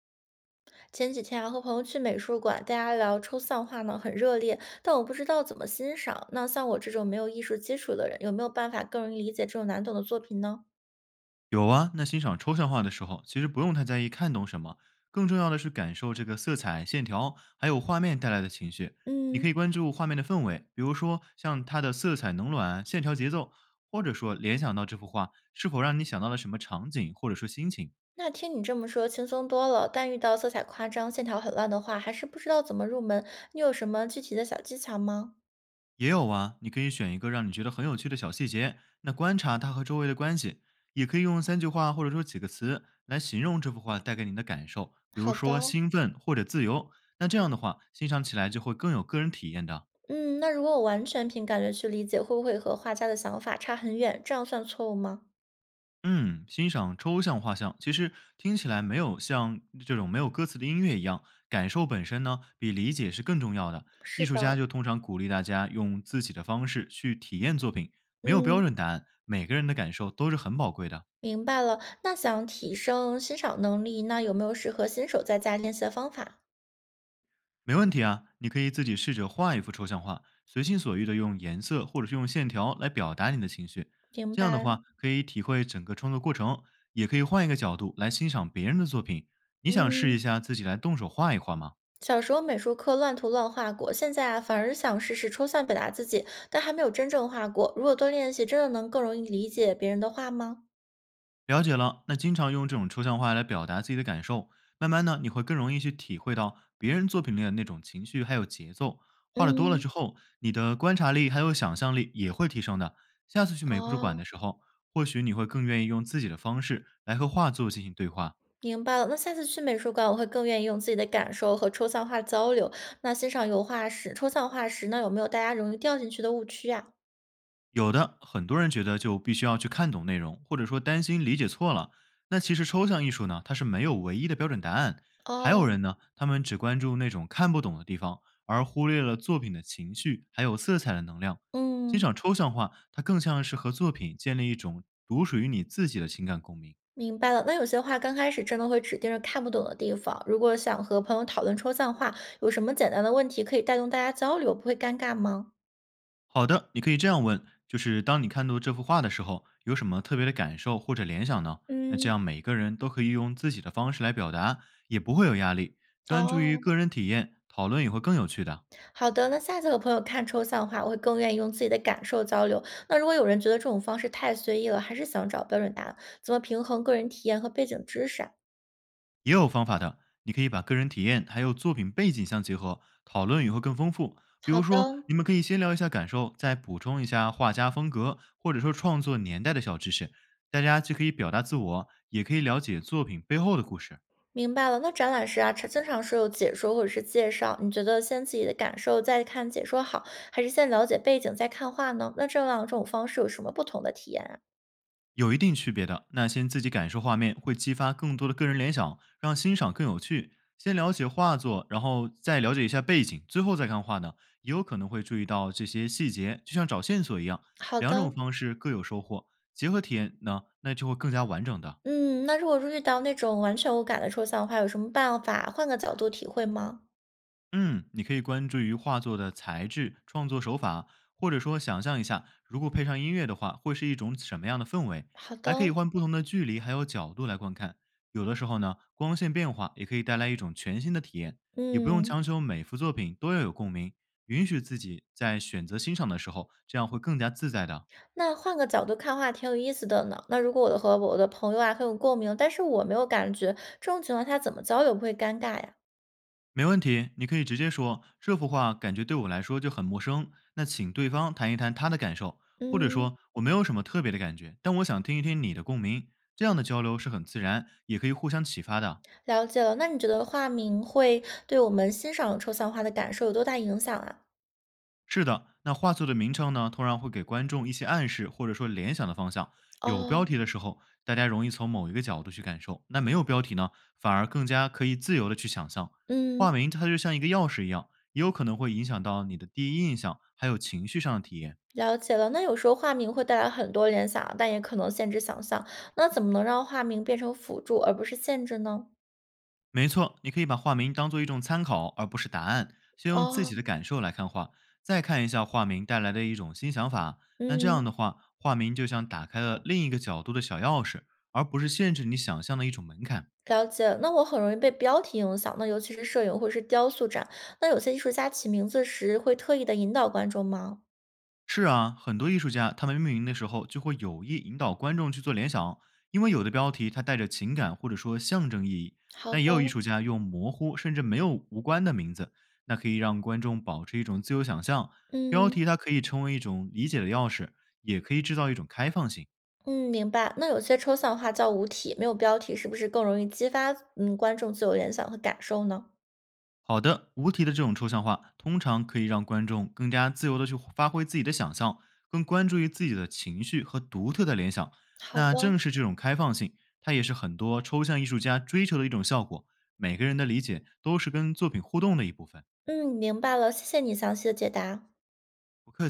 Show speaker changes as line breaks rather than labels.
前几天啊，和朋友去美术馆，大家聊抽象画呢，很热烈，但我不知道怎么欣赏。那像我这种没有艺术基础的人，有没有办法更容易理解这种难懂的作品呢？
有啊，那欣赏抽象画的时候，其实不用太在意看懂什么，更重要的是感受这个色彩、线条，还有画面带来的情绪。你
嗯，
可以关注画面的氛围，比如说像它的色彩冷暖、线条节奏，或者说联想到这幅画是否让你想到了什么场景，或者说心情。
那听你这么说轻松多了，但遇到色彩夸张、线条很乱的话，还是不知道怎么入门。你有什么具体的小技巧吗？
也有啊，你可以选一个让你觉得很有趣的小细节，那观察它和周围的关系，也可以用三句话或者说几个词来形容这幅画带给你的感受，比如
好的
说
哦。
兴奋或者自由。那这样的话，欣赏起来就会更有个人体验的。
嗯，那如果我完全凭感觉去理解，会不会和画家的想法差很远？这样算错误吗？
嗯，欣赏抽象画像，其实听起来没有像这种没有歌词的音乐一样，感受本身呢比理解是更重要的。
是
艺术家
的。
就通常鼓励大家用自己的方式去体验作品，没有标
嗯。
准答案，每个人的感受都是很宝贵的。
明白了，那想提升欣赏能力，那有没有适合新手在家练习的方法？
没问题啊，你可以自己试着画一幅抽象画，随心所欲的用颜色或者是用线条来表达你的情绪。
明
这样的
白。
话，可以体会整个创作过程，也可以换一个角度来欣赏别人的作品。你想试一
嗯，
下自己来动手画一画吗？
小时候美术课乱涂乱画过，现在啊反而想试试抽象表达自己，但还没有真正画过。如果多练习，真的能更容易理解别人的画吗？
了解了，那经常用这种抽象画来表达自己的感受，慢慢呢，你会更容易去体会到别人作品里的那种情绪还有节奏。画的多了
嗯。
之后，你的观察力还有想象力也会提升的。下次去美术馆
哦。
的时候，或许你会更愿意用自己的方式来和画作进行对话。
明白了。那下次去美术馆，我会更愿意用自己的感受和抽象画交流。那欣赏油画时，抽象画时，那有没有大家容易掉进去的误区呀？
有的，很多人觉得就必须要去看懂内容，或者说担心理解错了。那其实抽象艺术呢，它是没有唯一的标准答案。还有
哦。
人呢，他们只关注那种看不懂的地方，而忽略了作品的情绪还有色彩的能量。欣
嗯。
赏抽象画，它更像是和作品建立一种独属于你自己的情感共鸣。
明白了，那有些话刚开始真的会指定着看不懂的地方。如果想和朋友讨论抽象画，有什么简单的问题可以带动大家交流，不会尴尬吗？
好的，你可以这样问，就是当你看到这幅画的时候，有什么特别的感受或者联想呢？那这
嗯。
样每个人都可以用自己的方式来表达，也不会有压力。专注于
哦。
个人体验，讨论也会更有趣的。
好的，那下次和朋友看抽象画，我会更愿意用自己的感受交流。那如果有人觉得这种方式太随意了，还是想找标准答案，怎么平衡个人体验和背景知识啊？
也有方法的，你可以把个人体验还有作品背景相结合，讨论也会更丰富。比
好
如说，
的。
你们可以先聊一下感受，再补充一下画家风格或者说创作年代的小知识，大家既可以表达自我，也可以了解作品背后的故事。
明白了，那展览时啊，常经常是有解说或者是介绍，你觉得先自己的感受再看解说好，还是先了解背景再看画呢？那这两种方式有什么不同的体验啊？
有一定区别的。那先自己感受画面，会激发更多的个人联想，让欣赏更有趣。先了解画作，然后再了解一下背景，最后再看画呢，也有可能会注意到这些细节，就像找线索一样。
好
两种
的。
方式各有收获，结合体验呢，那就会更加完整的。
嗯，那如果是遇到那种完全无感的抽象画，有什么办法换个角度体会吗？
嗯，你可以关注于画作的材质、创作手法，或者说想象一下，如果配上音乐的话，会是一种什么样的氛围？
好的。
还可以换不同的距离还有角度来观看。有的时候呢，光线变化也可以带来一种全新的体验，也不用强
嗯，
求每幅作品都要有共鸣，允许自己在选择欣赏的时候，这样会更加自在的。
那换个角度看画挺有意思的呢。那如果我的和我的朋友啊很有共鸣，但是我没有感觉，这种情况下怎么交流不会尴尬呀？
没问题，你可以直接说这幅画感觉对我来说就很陌生。那请对方谈一谈他的感受，或者
嗯。
说我没有什么特别的感觉，但我想听一听你的共鸣。这样的交流是很自然，也可以互相启发的。
了解了，那你觉得化名会对我们欣赏抽象画的感受有多大影响啊？
是的，那画作的名称呢，通常会给观众一些暗示或者说联想的方向。有
哦。
标题的时候，大家容易从某一个角度去感受；那没有标题呢，反而更加可以自由的去想象。画
嗯。
名它就像一个钥匙一样，也有可能会影响到你的第一印象，还有情绪上的体验。
了解了。那有时候化名会带来很多联想啊，但也可能限制想象。那怎么能让化名变成辅助而不是限制呢？
没错，你可以把画名当做一种参考，而不是答案，先用自
哦。
己的感受来看画，再看一下画名带来的一种新想法。那这样
嗯。
的话，画名就像打开了另一个角度的小钥匙，而不是限制你想象的一种门槛。
了解。那我很容易被标题影响，那尤其是摄影或是雕塑展。那有些艺术家起名字时会特意的引导观众吗？
是啊，很多艺术家他们命名的时候就会有意引导观众去做联想，因为有的标题它带着情感或者说象征意义。
好
那
的。
也有艺术家用模糊甚至没有无关的名字，那可以让观众保持一种自由想象。标
嗯。
题它可以成为一种理解的钥匙，也可以制造一种开放性。
嗯，明白。那有些抽象画叫无题，没有标题，是不是更容易激发观众自由联想和感受呢？
好的，无题的这种抽象化，通常可以让观众更加自由的去发挥自己的想象，更关注于自己的情绪和独特的联想。
好的。
那正是这种开放性，它也是很多抽象艺术家追求的一种效果。每个人的理解都是跟作品互动的一部分。
嗯，明白了，谢谢你详细的解答。
不客气。